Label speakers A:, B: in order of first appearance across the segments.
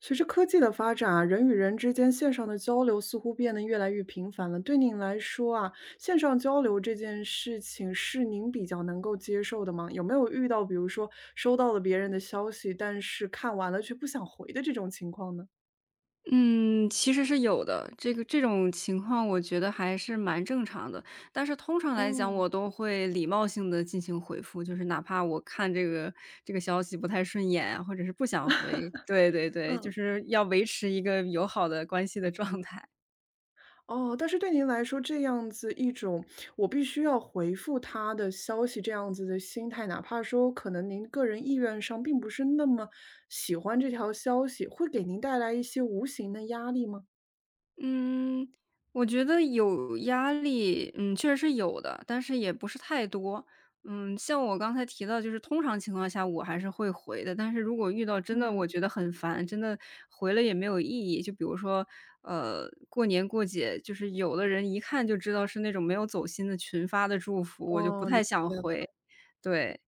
A: 随着科技的发展啊，人与人之间线上的交流似乎变得越来越频繁了。对您来说啊，线上交流这件事情是您比较能够接受的吗？有没有遇到比如说收到了别人的消息，但是看完了却不想回的这种情况呢？
B: 嗯，其实是有的，这种情况我觉得还是蛮正常的。但是通常来讲，
A: 哦，
B: 我都会礼貌性的进行回复，就是哪怕我看这个消息不太顺眼啊或者是不想回对对对，就
A: 嗯。
B: 是要维持一个友好的关系的状态。
A: 哦，但是对您来说，这样子一种我必须要回复他的消息，这样子的心态，哪怕说可能您个人意愿上并不是那么喜欢这条消息，会给您带来一些无形的压力吗？
B: 嗯，我觉得有压力，确实是有的，但是也不是太多。像我刚才提到，就是通常情况下我还是会回的，但是如果遇到真的我
A: 嗯。
B: 觉得很烦，真的回了也没有意义。就比如说，过年过节，就是有的人一看就知道是那种没有走心的群发的祝福，我就不
A: 哦，
B: 太
A: 理
B: 想
A: 解了。
B: 回。对，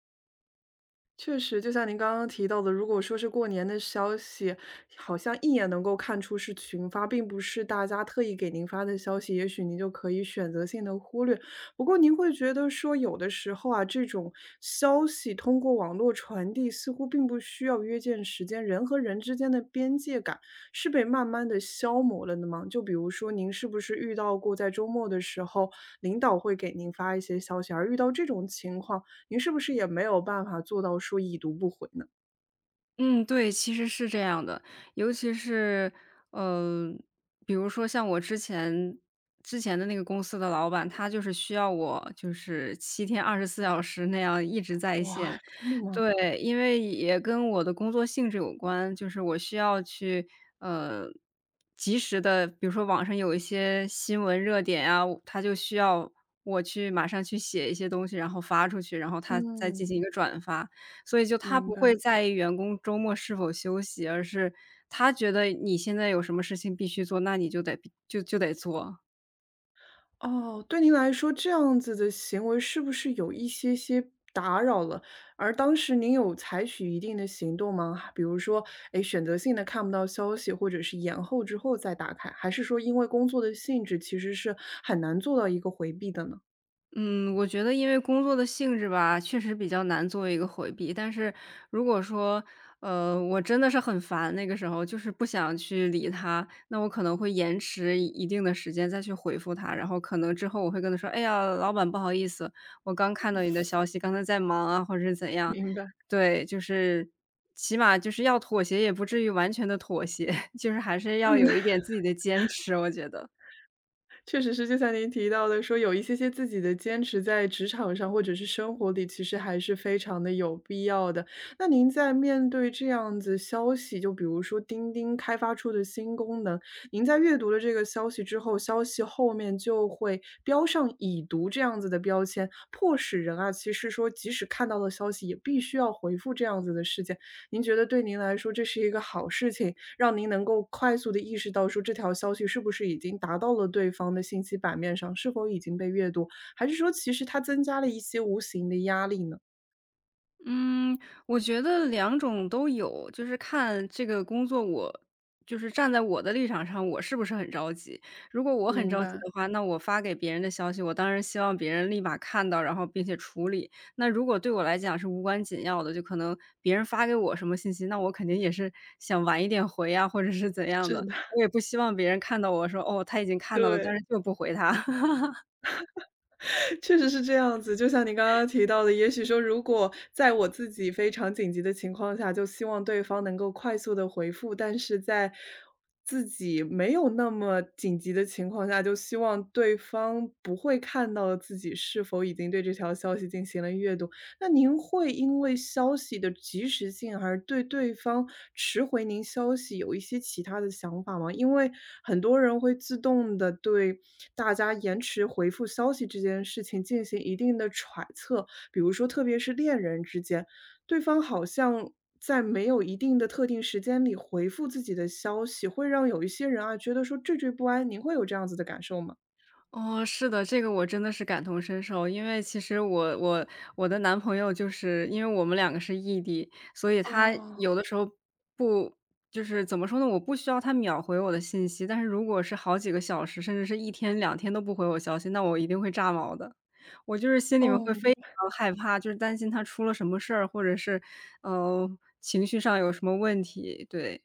A: 确实，就像您刚刚提到的，如果说是过年的消息，好像一眼能够看出是群发，并不是大家特意给您发的消息，也许您就可以选择性的忽略。不过，您会觉得说，有的时候啊，这种消息通过网络传递，似乎并不需要约见时间，人和人之间的边界感是被慢慢的消磨了的吗？就比如说，您是不是遇到过在周末的时候，领导会给您发一些消息，而遇到这种情况？您是不是也没有办法做到说已读不回呢？
B: 嗯，对，其实是这样的，尤其是，呃，比如说像我之前的那个公司的老板，他就是需要我就是7天24小时那样一直在
A: 哇，
B: 线。
A: 真的吗？
B: 对，因为也跟我的工作性质有关，就是我需要去，呃，及时的，比如说网上有一些新闻热点啊，他就需要我去马上去写一些东西，然后发出去，然后他再进
A: 嗯，
B: 行一个转发。所以就他
A: 明
B: 不
A: 白。
B: 会在意员工周末是否休息，而是他觉得你现在有什么事情必须做，那你就得做。
A: 哦，对您来说，这样子的行为是不是有一些些打扰了？而当时您有采取一定的行动吗？比如说，哎，选择性的看不到消息，或者是延后之后再打开，还是说因为工作的性质，其实是很难做到一个回避的呢？
B: 嗯，我觉得因为工作的性质吧，确实比较难做一个回避。但是如果说，我真的是很烦，那个时候就是不想去理他，那我可能会延迟一定的时间再去回复他，然后可能之后我会跟他说：“哎呀，老板，不好意思，我刚看到你的消息，刚才在忙啊，或者是怎样。”
A: 明白。
B: 对，就是起码就是要妥协，也不至于完全的妥协，就是还是要有一点自己的坚持，我觉得。
A: 确实是，就像您提到的，说有一些些自己的坚持，在职场上或者是生活里，其实还是非常的有必要的。那您在面对这样子消息，就比如说钉钉开发出的新功能，您在阅读了这个消息之后，消息后面就会标上已读这样子的标签，迫使人啊，其实说即使看到了消息，也必须要回复这样子的事件。您觉得对您来说这是一个好事情，让您能够快速地意识到说这条消息是不是已经达到了对方的信息版面上，是否已经被阅读，还是说其实它增加了一些无形的压力呢？
B: 嗯，我觉得两种都有，就是看这个工作我就是站在我的立场上，我是不是很着急。如果我很
A: 明
B: 着急
A: 白。
B: 的话，那我发给别人的消息，我当然希望别人立马看到，然后并且处理。那如果对我来讲是无关紧要的，就可能别人发给我什么信息，那我肯定也是想晚一点回呀，或者是怎样
A: 是
B: 的。
A: 的，
B: 我也不希望别人看到我说：“哦，他已经 看到了，但
A: 对，
B: 是就不回他。
A: 确实是这样子。就像您刚刚提到的，也许说如果在我自己非常紧急的情况下，就希望对方能够快速的回复，但是在自己没有那么紧急的情况下，就希望对方不会看到自己是否已经对这条消息进行了阅读。那您会因为消息的及时性，而对对方迟回您消息有一些其他的想法吗？因为很多人会自动的对大家延迟回复消息这件事情进行一定的揣测，比如说特别是恋人之间，对方好像在没有一定的特定时间里回复自己的消息，会让有一些人啊，觉得说惴惴不安，您会有这样子的感受吗？
B: 哦，是的，这个我真的是感同身受。因为其实我的男朋友就是因为我们两个是异地，所以他
A: 哦。
B: 有的时候不就是怎么说呢，我不需要他秒回我的信息，但是如果是好几个小时，甚至是一天两天都不回我消息，那我一定会炸毛的。我就是心里面
A: 哦，
B: 会非
A: 明白。
B: 常害怕，就是担心他出了什么事儿，或者是，呃，情绪上有什么问题，对。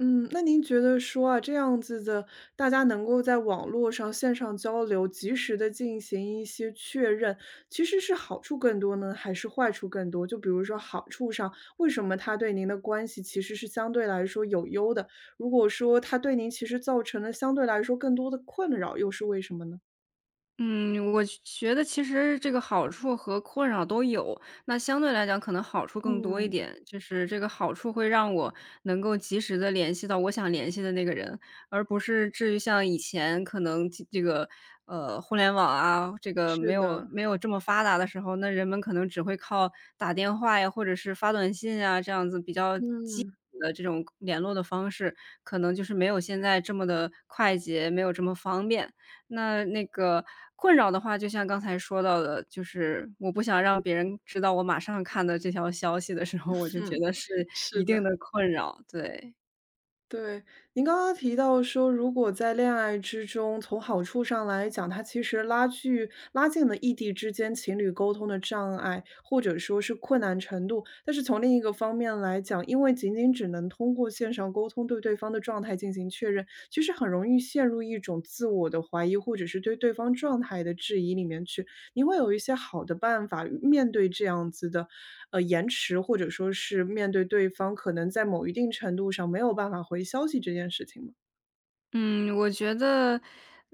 A: 嗯，那您觉得说啊，这样子的，大家能够在网络上线上交流，及时的进行一些确认，其实是好处更多呢，还是坏处更多？就比如说好处上，为什么它对您的关系其实是相对来说有优的？如果说它对您其实造成了相对来说更多的困扰，又是为什么呢？
B: 嗯，我觉得其实这个好处和困扰都有，那相对来讲可能好处更多一
A: 嗯，
B: 点，就是这个好处会让我能够及时的联系到我想联系的那个人，而不是至于像以前可能这个，互联网啊，这个没
A: 是
B: 有
A: 的，
B: 没有这么发达的时候，那人们可能只会靠打电话呀，或者是发短信啊，这样子比较基
A: 嗯，
B: 础的这种联络的方式，可能就是没有现在这么的快捷，没有这么方便。那个困扰的话，就像刚才说到的，就是我不想让别人知道我马上看到这条消息的时候，我就 觉
A: 嗯，
B: 得是
A: 是
B: 一定的
A: 的。
B: 困扰，对。
A: 对，您刚刚提到说，如果在恋爱之中，从好处上来讲，它其实拉距拉近了异地之间情侣沟通的障碍，或者说是困难程度。但是从另一个方面来讲，因为仅仅只能通过线上沟通对对方的状态进行确认，其实很容易陷入一种自我的怀疑，或者是对对方状态的质疑里面去。你会有一些好的办法面对这样子的，延迟，或者说是面对对方可能在某一定程度上没有办法回消息这件事情吗？
B: 嗯，我觉得，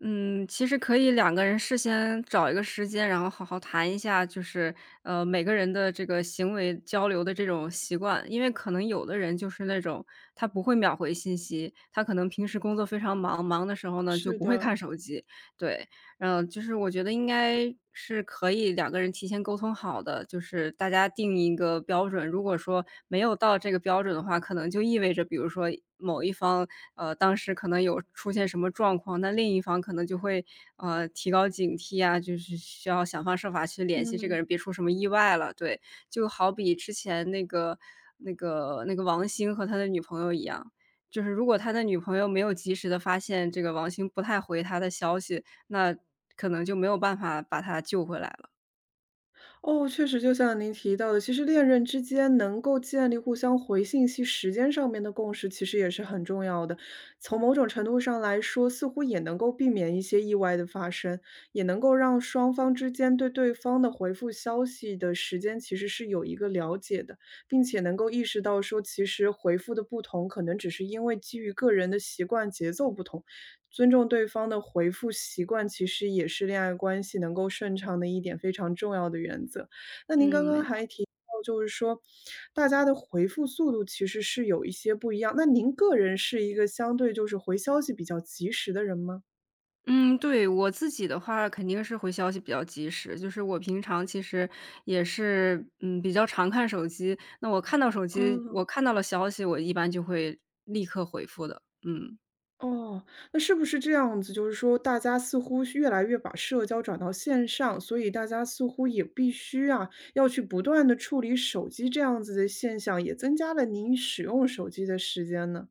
B: 其实可以两个人事先找一个时间，然后好好谈一下，就是，每个人的这个行为交流的这种习惯。因为可能有的人就是那种，他不会秒回信息，他可能平时工作非常忙，忙的时候呢，就
A: 是
B: 不会看
A: 的，
B: 手机，对。就是我觉得应该是可以两个人提前沟通好的，就是大家定一个标准。如果说没有到这个标准的话，可能就意味着，比如说某一方，当时可能有出现什么状况，那另一方可能就会提高警惕啊，就是需要想方设法去联系
A: 嗯。
B: 这个人，别出什么意外了。对，就好比之前那个王兴和他的女朋友一样。就是如果他的女朋友没有及时的发现这个王兴不太回他的消息，那可能就没有办法把他救回来了。
A: 哦，确实就像您提到的，其实恋人之间能够建立互相回信息时间上面的共识，其实也是很重要的。从某种程度上来说，似乎也能够避免一些意外的发生，也能够让双方之间对对方的回复消息的时间其实是有一个了解的，并且能够意识到说，其实回复的不同，可能只是因为基于个人的习惯节奏不同，尊重对方的回复习惯，其实也是恋爱关系能够顺畅的一点非常重要的原则。那您刚
B: 嗯，没
A: 刚
B: 错。
A: 还提到，就是说大家的回复速度其实是有一些不一样。那您个人是一个相对就是回消息比较及时的人吗？
B: 嗯，对，我自己的话肯定是回消息比较及时，就是我平常其实也是，比较常看手机，那我看到手机
A: 哦
B: 我看到了消息，我一般就会立刻回复的，嗯。
A: 哦，那是不是这样子？就是说，大家似乎是越来越把社交转到线上，所以大家似乎也必须啊，要去不断的处理手机这样子的现象，也增加了您使用手机的时间呢？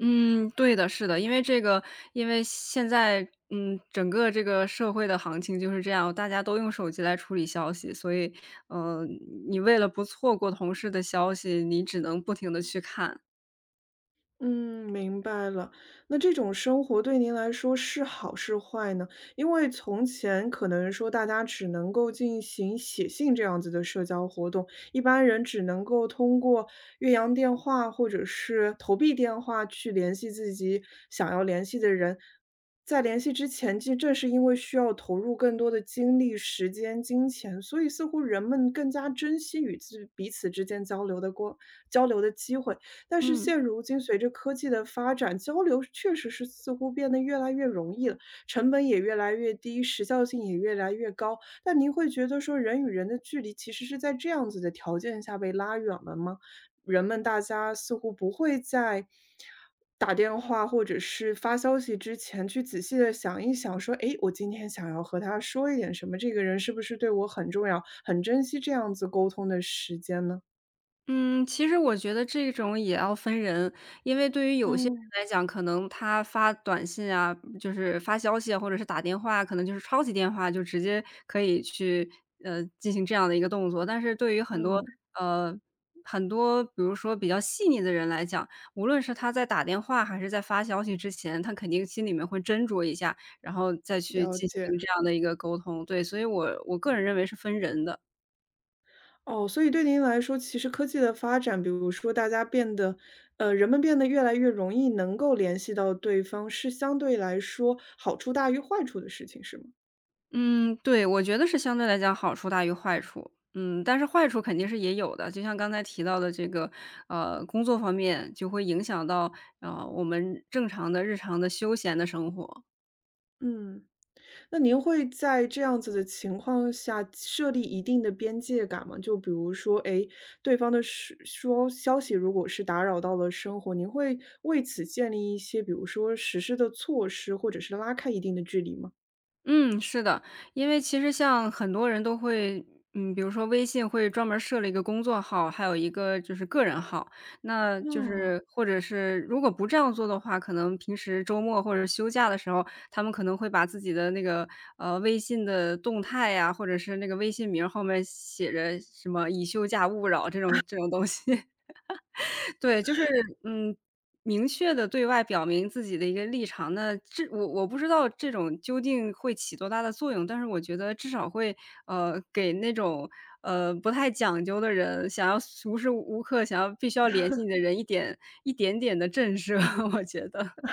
B: 嗯，对的，是的，因为现在，整个这个社会的行情就是这样，大家都用手机来处理消息，所以，呃，你为了不错过同事的消息，你只能不停的去看。
A: 嗯，明白了。那这种生活对您来说是好是坏呢？因为从前可能说大家只能够进行写信这样子的社交活动，一般人只能够通过越洋电话或者是投币电话去联系自己想要联系的人。在联系之前，其实正是因为需要投入更多的精力、时间、金钱，所以似乎人们更加珍惜与自彼此之间交流的过交流的机会。但是
B: 嗯
A: 现如今，随着科技的发展，交流确实是似乎变得越来越容易了，成本也越来越低，时效性也越来越高。但您会觉得说，人与人的距离其实是在这样子的条件下被拉远了吗？人们大家似乎不会在打电话或者是发消息之前去仔细的想一想，说，诶，我今天想要和他说一点什么，这个人是不是对我很重要，很珍惜这样子沟通的时间呢？
B: 嗯，其实我觉得这种也要分人，因为对于有些人
A: 嗯
B: 来讲，可能他发短信啊，就是发消息啊，或者是打电话，可能就是超级电话就直接可以去进行这样的一个动作。但是对于
A: 嗯，
B: 呃很多，比如说比较细腻的人来讲，无论是他在打电话还是在发消息之前，他肯定心里面会斟酌一下，然后再去
A: 了
B: 进行
A: 解。
B: 这样的一个沟通。对，所以我个人认为是分人的。
A: 哦，所以对您来说，其实科技的发展，比如说大家变得，人们变得越来越容易能够联系到对方，是相对来说好处大于坏处的事情，是吗？
B: 嗯，对，我觉得是相对来讲好处大于坏处。嗯，但是坏处肯定是也有的，就像刚才提到的这个，工作方面就会影响到，我们正常的日常的休闲的生活。
A: 嗯。那您会在这样子的情况下设立一定的边界感吗？就比如说，诶，对方的是说消息如果是打扰到了生活，您会为此建立一些，比如说实施的措施，或者是拉开一定的距离吗？
B: 嗯，是的，因为其实像很多人都会，比如说微信会专门儿设了一个工作号，还有一个就是个人号，那就
A: 哦
B: 是或者是如果不这样做的话，可能平时周末或者休假的时候，他们可能会把自己的那个微信的动态呀，或者是那个微信名儿后面写着什么“已休假勿扰”这种东西，对，就是，嗯，明确的对外表明自己的一个立场，那这我不知道这种究竟会起多大的作用，但是我觉得至少会，给那种，不太讲究的人，想要无时无刻想要必须要联系你的人一点点的震慑，我觉得。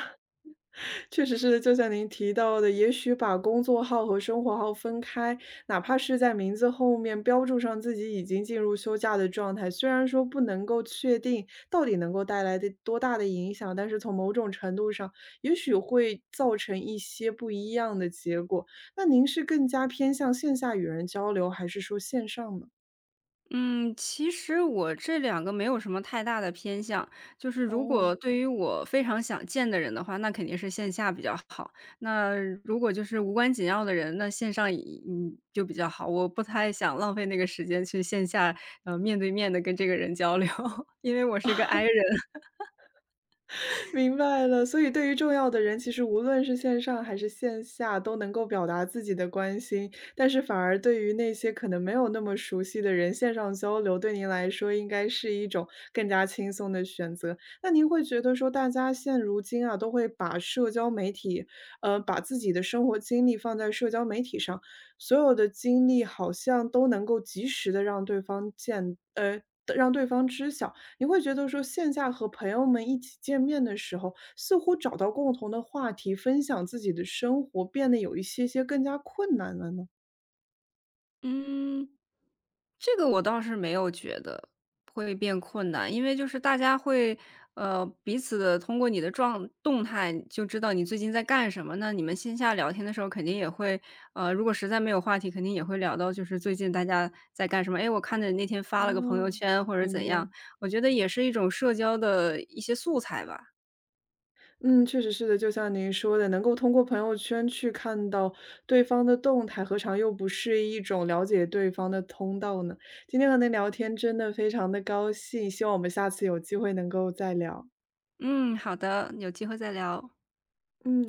A: 确实是，就像您提到的，也许把工作号和生活号分开，哪怕是在名字后面标注上自己已经进入休假的状态，虽然说不能够确定到底能够带来的多大的影响，但是从某种程度上，也许会造成一些不一样的结果。那您是更加偏向线下与人交流，还是说线上呢？
B: 嗯，其实我这两个没有什么太大的偏向，就是如
A: 哦。
B: 果对于我非常想见的人的话，那肯定是线下比较好。那如果就是无关紧要的人，那线上也就比较好。我不太想浪费那个时间去线下，面对面的跟这个人交流，因为我是一个 I 人。
A: 明白了，所以对于重要的人，其实无论是线上还是线下，都能够表达自己的关心。但是反而对于那些可能没有那么熟悉的人，线上交流对您来说应该是一种更加轻松的选择。那您会觉得说，大家现如今啊，都会把社交媒体，把自己的生活经历放在社交媒体上，所有的经历好像都能够及时的让对方见，让对方知晓。你会觉得说线下和朋友们一起见面的时候，似乎找到共同的话题，分享自己的生活，变得有一些些更加困难了呢？
B: 嗯。这个我倒是没有觉得会变困难，因为就是大家会，彼此的通过你的状动态就知道你最近在干什么。那你们线下聊天的时候肯定也会，如果实在没有话题，肯定也会聊到就是最近大家在干什么。哎，我看着你那天发了个朋
A: 哦，
B: 友圈或者
A: 明
B: 怎样，
A: 白。
B: 我觉得也是一种社交的一些素材吧。
A: 嗯，确实是的，就像您说的，能够通过朋友圈去看到对方的动态，何尝又不是一种了解对方的通道呢？今天和您聊天真的非常的高兴，希望我们下次有机会能够再聊。
B: 嗯，好的，有机会再聊。
A: 嗯。